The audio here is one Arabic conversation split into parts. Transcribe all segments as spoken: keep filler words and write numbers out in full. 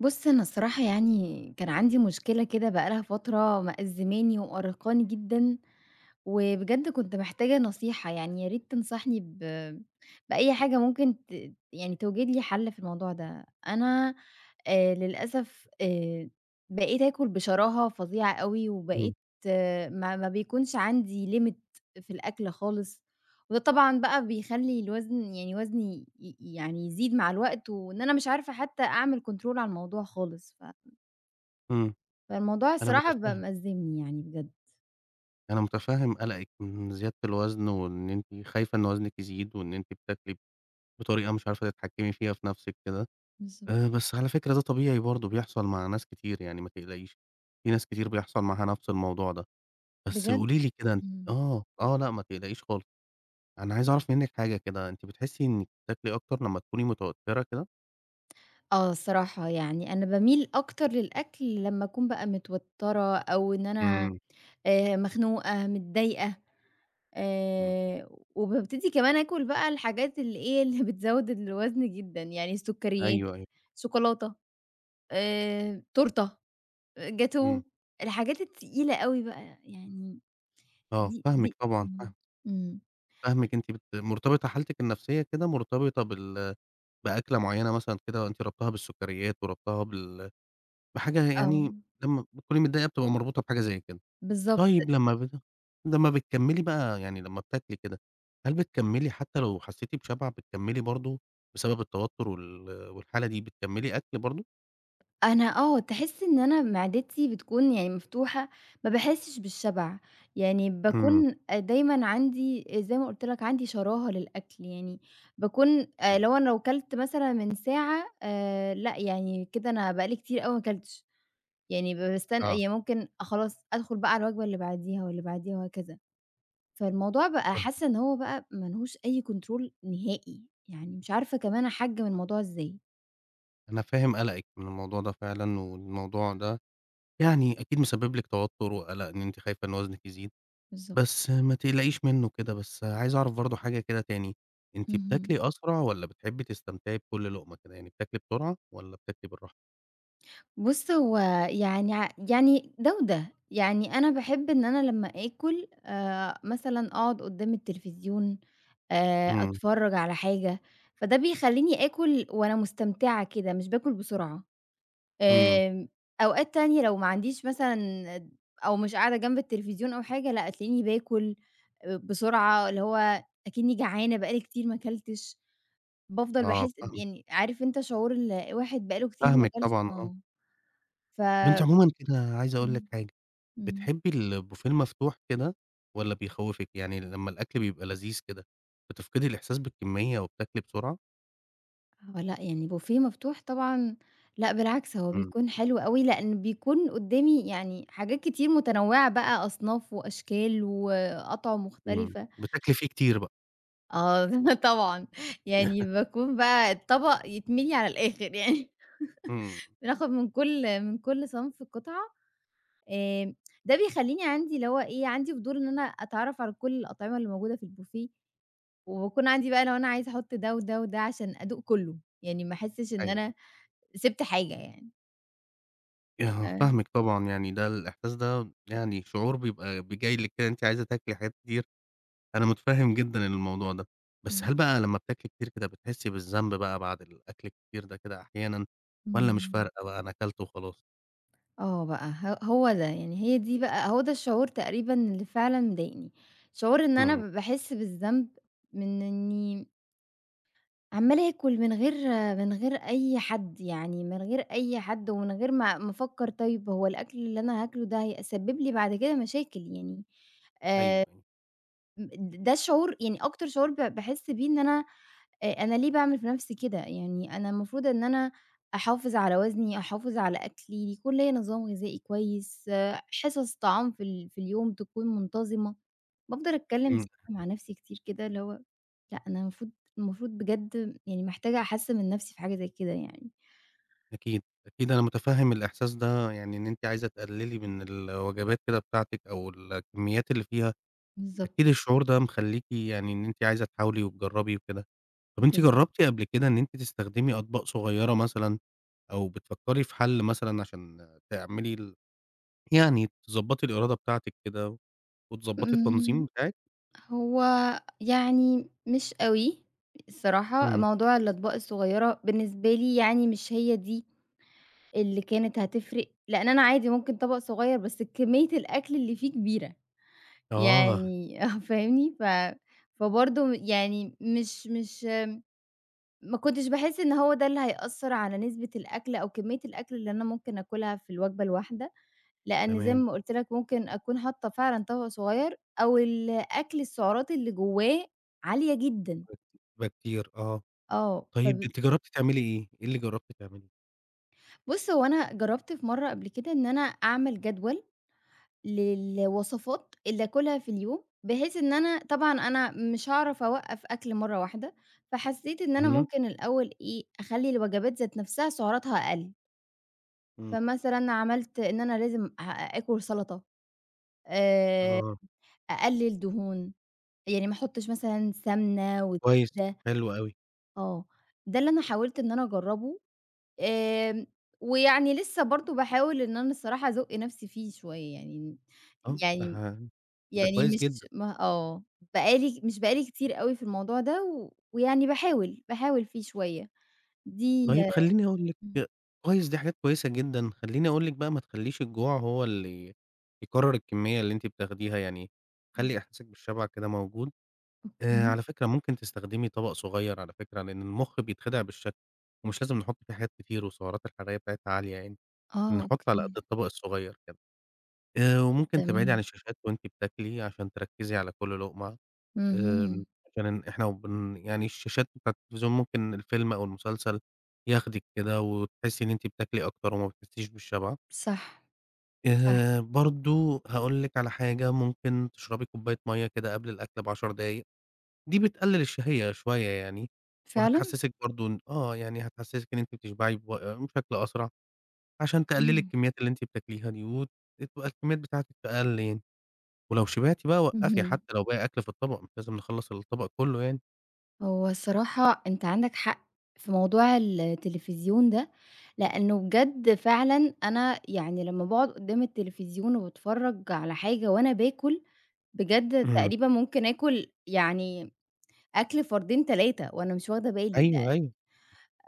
بُص، أنا الصراحة يعني كان عندي مشكلة كده بقى لها فترة مأزّماني ومأرّقاني جدًا، وبجد كنت محتاجة نصيحة، يعني يا ريت تنصحني ب بأي حاجة ممكن ت يعني توجد لي حل في الموضوع ده. أنا آآ للأسف آآ بقيت آكل بشراهة فظيعة أوي، إمم، وبقيت ما ما بيكونش عندي limit في الأكل خالص. وده طبعًا بقى بيخلّي الوزن يعني وزني ي يعني يزيد مع الوقت، وإن أنا مش عارفة حتى أعمل control على الموضوع خالص، ف إمم، فالموضوع أنا الصراحة بقى متفهم، مأزّمني يعني بجد. أنا متفهم قلقِك من زيادة الوزن، وإن أنتِ خايفة إن وزنِك يزيد، وإن أنتِ بتاكلي بطريقة مش عارفة تتحكمي فيها في نفسِك كده. آآ، بالضبط. بس على فكرة ده طبيعي برضه بيحصل مع ناس كتير يعني ما تقلقيش، في ناس كتير بيحصل معاها نفس الموضوع ده. بس بجد. قولي لي كده أنتِ إمم. آه، آه، لأ ما تقلقيش خالص. أنا عايز أعرف منِك حاجة كده، أنتِ بتحسي إنِك بتاكلي أكتر لمّا تكوني متوترة كده؟ آه الصراحة، يعني أنا باميل أكتر للأكل لمّا أكون بقى متوتّرة أو إن أنا إمم، آآ مخنوقة، متضايقة إمم. آآ، وبابتدي كمان آكل بقى الحاجات اللي إيه، اللي بتزوّد الوزن جدًا، يعني السُكّريات، أيوه، أيوه. شوكولاتة، آآ، تورتة، إمم. جاتوه، الحاجات التقيلة أوي بقى يعني آه، دي فاهمِك دي آه. طبعًا، فاهمِك، إمم. فاهمِك أنتِ بت مرتبطة حالتِك النفسية كده مرتبطة بال بأكلة معيّنة مثلًا كده، أنتِ رابطاها بالسكريات ورابطاها بال بحاجة آه، يعني لمّا بتكوني متضايقة بتبقى مربوطة بحاجة زي كده. بالضبط. طيب لمّا بت لمّا بتكمّلي بقى يعني لمّا بتاكلي كده، هل بتكمّلي حتى لو حسيتِ بشبع؟ بتكمّلي برضه بسبب التوتر وال والحالة دي بتكمّلي أكل برضه؟ أنا آه، تحسّي إن أنا معدتي بتكون يعني مفتوحة، ما باحسّش بالشبع، يعني إمم، باكون آآ دايمًا عندي زي ما قُلت لك عندي شراهة للأكل، يعني باكون آآ إمم، لو أنا لو كلت مثلًا من ساعة، آآ لأ، يعني كده أنا بقى لي كتير أوي ما كلتش، يعني باستن آه. يعني ممكن خلاص أدخل بقى على الوجبة اللي بعديها واللي بعديها وهكذا. فالموضوع بقى طيب حاسة إن هو بقى ما لهوش أي كنترول نهائي، يعني مش عارفة كمان أحجّم الموضوع إزاي. أنا فاهم قلقِك من الموضوع ده فعلًا، والموضوع ده يعني أكيد مسبب لِك توتر وقلق، إن أنتِ خايفة إن وزنِك يزيد. بالضبط. بس ما تقلقيش منّه كده، بس عايز أعرف برضه حاجة كده تاني، أنتِ اهم. بتاكلي أسرع والّا بتحبّي تستمتعي بكل لقمة كده؟ يعني بتاكلي بسرعة والّا بتاكلي بالراحة؟ بُص، هو يعني ع يعني ده وده، يعني أنا باحب إن أنا لمّا آكل آآ مثلًا أقعد قدّام التلفزيون، آآ إمم، أتفرّج على حاجة، فده بيخلّيني آكل وأنا مستمتعة كده، مش باكل بسرعة. إمم، آمم، أوقات تانية لو ما عنديش مثلًا أو مش قاعدة جنب التلفزيون أو حاجة، لأ تلاقيني باكل بسرعة، اللي هو أكني جعانة بقى لي كتير ما اكلتش، بافضل آه باحس فاهمِك، يعني عارف أنت شعور ال واحد بقى له كتير ما فاهمِك اكلش طبعًا آه. آه، طَب أنتِ ف عمومًا كده عايز أقول لِك إمم، حاجة، إمم، بتحبّي البوفيه المفتوح كده والّا بيخوّفِك؟ يعني لمّا الأكل بيبقى لذيذ كده، بتفقدي الإحساس بالكمية وبتاكلي بسرعة؟ آه، لأ يعني بوفيه مفتوح طبعًا لأ بالعكس هو إمم، بيكون حلو أوي، لأن بيكون قدامي يعني حاجات كتير متنوعة بقى أصناف وأشكال وأطعم إمم، مختلفة. بتاكلي فيه كتير بقى، آه طبعًا، يعني باكون بقى الطبق يتملي على الآخر يعني إمم، بناخد من كل من كل صنف قطعة، آمم، ده بيخلّيني عندي اللي هو إيه، عندي فضول إن أنا أتعرّف على كل الأطعمة اللي موجودة في البوفيه، وباكون عندي بقى لو أنا عايزة أحط ده وده وده عشان أدوق كله، يعني ما أحسّش إن أيوه، أنا أيوه. سِبت حاجة يعني. ياه! آآ، فاهمِك طبعًا، يعني ده الإحساس ده يعني شعور بيبقى ب جاي لِك كده، أنتِ عايزة تاكلي حاجات كتير. أنا متفهم جدًا الموضوع ده، بس هل إمم، بقى لمّا بتاكلي كتير كده بتحسي بالذنب بقى بعد الأكل الكتير ده كده أحيانًا، والّا مش إمم، فارقة بقى أنا أكلت وخلاص؟ آه بقى ه هو ده، يعني هي دي بقى هو ده الشعور تقريبًا اللي فعلًا مضايقني، شعور إن أنا إمم. ب باحس بالذنب من إني عمّالة آكل من غير من غير أي حد، يعني من غير أي حد ومن غير ما ما أفكّر طيب هو الأكل اللي أنا هاكله ده هيسبب لي بعد كده مشاكل يعني آآ أيوه، أيوه. م د ده الشعور يعني أكتر شعور ب باحس بيه إن أنا، آآ أنا ليه باعمل في نَفْسي كده؟ يعني أنا المفروض إن أنا أحافظ على وزني، أحافظ على أكلي، يكون ليّا نظام غذائي كويس، آه، حصص طعام في ال في اليوم تكون منتظمة. بافضل أتكلّم إمم، صراحة مع نَفْسي كتير كده اللي هو لأ، أنا المفروض المفروض بجد يعني محتاجة أحسّن من نَفْسي في حاجة زي كده يعني. أكيد، أكيد أنا متفهم الإحساس ده، يعني إن أنتِ عايزة تقللي من الوجبات كده بتاعتِك أو الكميات اللي فيها، بالضبط، أكيد الشعور ده مخلّيكِ يعني إن أنتِ عايزة تحاولي وتجربي وكده. طب أنتِ بالضبط. جرّبتِ قبل كده إن أنتِ تستخدمي أطباق صغيّرة مثلًا، أو بتفكّري في حل مثلًا عشان تعملي ال يعني تضبّطي الإرادة بتاعتِك كده، وتضبّطي التنظيم إمم. بتاعِك؟ هو يعني مش أوي الصراحة، إمم. موضوع الأطباق الصغيّرة بالنسبة لي يعني مش هي دي اللي كانت هتفرق، لإن أنا عادي ممكن طبق صغيّر بس كمية الأكل اللي فيه كبيرة، آه، يعني آه فاهمني؟ ف فبرضه يعني مش مش ما كنتش باحس إن هو ده اللي هيأثّر على نسبة الأكل أو كمية الأكل اللي أنا ممكن آكلها في الوجبة الواحدة، لإن زي تمام. ما قُلت لك ممكن أكون حاطّة فعلًا طبق صغير أو الأكل السعرات اللي جوّاه عالية جدًا، بيبقى كتير آه. آه، طيب فب أنتِ جرّبتِ تعملي إيه؟ إيه اللي جرّبتِ تعمليه؟ بُص هو أنا جرّبت في مرّة قبل كده إن أنا أعمل جدول للوصفات اللي آكلها في اليوم، بحيث إن أنا طبعًا أنا مش هاعرف أوقّف أكل مرّة واحدة، فحسّيت إن أنا إمم، ممكن الأول إيه، أخلّي الوجبات ذات نَفْسها سعراتها أقل. إمم. فمثلًا عملت إن أنا لازم ه آكل سلطة، آآ آه، أقلِّل دهون، يعني ما أحُطّش مثلًا سمنة كويس، وزبدة، حلو أوي. آه، ده اللي أنا حاولت إن أنا أجرّبه، آمم، ويعني لسه برضه باحاول إن أنا الصراحة أزُق نَفْسي فيه شوية يعني، آه، ده ح يعني ده يعني كويس مش جدًا. ما آه، بقى لي مش بقى لي كتير أوي في الموضوع ده و ويعني باحاول، باحاول فيه شوية، دي. طيب خلّيني أقول إمم، لِك كويس، دي حاجات كويسة جدًا. خلّيني أقول لِك بقى، ما تخلّيش الجوع هو اللي يقرّر الكمية اللي أنتِ بتاخديها، يعني إمم، خلّي إحساسِك بالشبع كده موجود. آآ أوكي، على فكرة ممكن تستخدمي طبق صغير على فكرة، لإن المُخ بيتخدع بالشكل، ومش لازم نحُط فيه حاجات كتير والسعرات الحرارية بتاعتها عالية يعني، آه، نحُط على قد أوكي، الطبق الصغير كده. آآ وممكن تبعدي عن تمام. الشاشات وأنتِ بتاكلي عشان تركّزي على كل لقمة. آمم، اهم، عشان إحنا وبن يعني الشاشات بتاعة التلفزيون ممكن الفيلم أو المسلسل ياخدِك كده وتحسّي إن أنتِ بتاكلي أكتر وما بتحسّيش بالشبع. صح. صح، آآ، برضه هاقول لِك على حاجة، ممكن تشربي كوباية مَيّة كده قبل الأكل بعشر دقايق، دي بتقلل الشهية شوية يعني، فعلًا؟ وهتحسّسِك برضه إن آه، يعني هتحسّسِك إن أنتِ بتشبعي بو بشكل أسرع، عشان تقللي أوكي، الكميات اللي أنتِ بتاكليها دي، وتبقى الكميات بتاعتِك أقل يعني. ولو شبعتِ بقى وقّفي اهم. حتى لو باقي أكل في الطبق، مش لازم نخلّص الطبق كلّه هو الصراحة أنت عندك حق في موضوع التلفزيون ده، لأنه بجد فعلًا أنا يعني لمّا باقعد قدّام التلفزيون وباتفرّج على حاجة وأنا باكل، بجد يعني. تقريبًا ممكن آكل يعني أكل فردين، تلاتة وأنا مش واخدة بالي، أيوه، أيوه،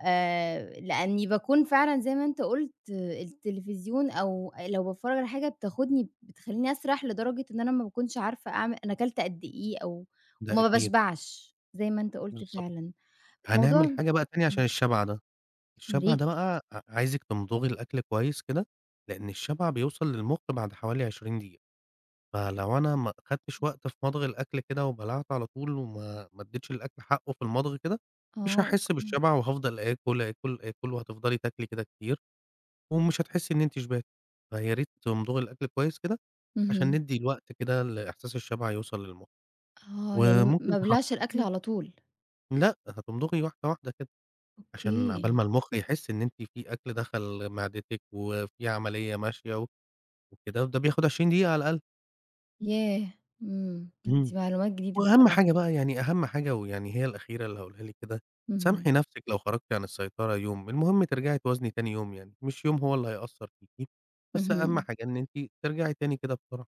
آآ، لأني باكون فعلًا زي ما أنت قُلت آه، التلفزيون أو لو باتفرّج على حاجة بتاخدني بتخلّيني أسرح لدرجة إن أنا ما باكونش عارفة أعم أنا كلت قد إيه أو ده وما أكيد، باشبعش زي ما أنت قُلت بالضبط. فعلًا. موضوع، هنعمل حاجة بقى تانية عشان إمم، الشبع ده، يا الشبع ده ريت. بقى ع عايزِك تمضغي الأكل كويس كده، لإن الشبع بيوصل للمُخ بعد حوالي عشرين دقيقة. فلو أنا ما أخدتش وقت في مضغ الأكل كده وبلعت على طول وما ما اديتش الأكل حقه في المضغ كده، مش آه، هاحس أوكي. بالشبع وهافضل آكل، آكل، آكل، وهتفضلي تاكلي كده كتير ومش هتحسي إن أنتِ شبعتِ. فيا ريت تمضغي الأكل كويس كده عشان اهم. ندّي الوقت كده لإحساس الشبع يوصل للمُخ. آه، يعني م ما وممكن تحط أبلعش الأكل على طول. لأ، هتمضغي واحدة، واحدة كده، عشان عقبال أوكي، ما المُخ يحس إن أنتِ في أكل دخل معدتِك وفي عملية ماشية و وكده، وده بياخد عشرين دقيقة على الأقل. ياه! إمم، لأ دي إمم. معلومات جديدة وأهم الصراحة. حاجة بقى يعني أهم حاجة ويعني هي الأخيرة اللي هاقولها لِك كده، اهم، سامحي نَفْسِك لو خرجتِ عن السيطرة يوم، المهم ترجعي توازني تاني يوم يعني، مش يوم هو اللي هيأثّر فيكِ، بس أهم اهم. حاجة إن أنتِ ترجعي تاني كده بسرعة.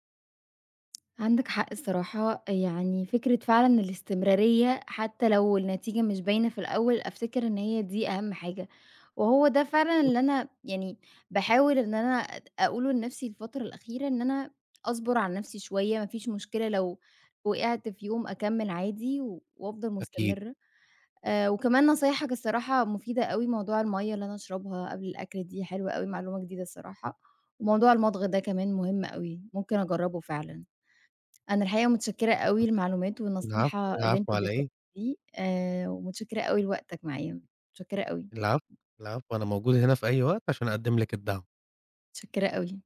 عندك حق الصراحة، يعني فكرة فعلًا الاستمرارية حتى لو النتيجة مش باينة في الأول، أفتكر إن هي دي أهم حاجة، وهو ده فعلًا بالضبط. اللي أنا يعني باحاول إن أنا أت أقوله لنفسي الفترة الأخيرة، إن أنا أصبر على نفسي شوية، ما فيش مشكلة لو وقعت في يوم أكمّل عادي و وأفضل أكيد. مستمرة، آآ وكمان نصايحك الصراحة مفيدة أوي، موضوع المَيّة اللي أنا أشربها قبل الأكل دي حلوة أوي، معلومة جديدة الصراحة، وموضوع المضغ ده كمان مهم أوي، ممكن أجرّبه فعلًا. أنا الحقيقة متشكرة أوي المعلومات العفو، والنصيحة اللي أنت العفو على اديتها إيه؟ لي دي، آآ، ومتشكرة أوي لوقتك معايا، متشكرة أوي، العفو، العفو أنا موجود هنا في أي وقت عشان أقدّم لِك الدعم. متشكرة أوي.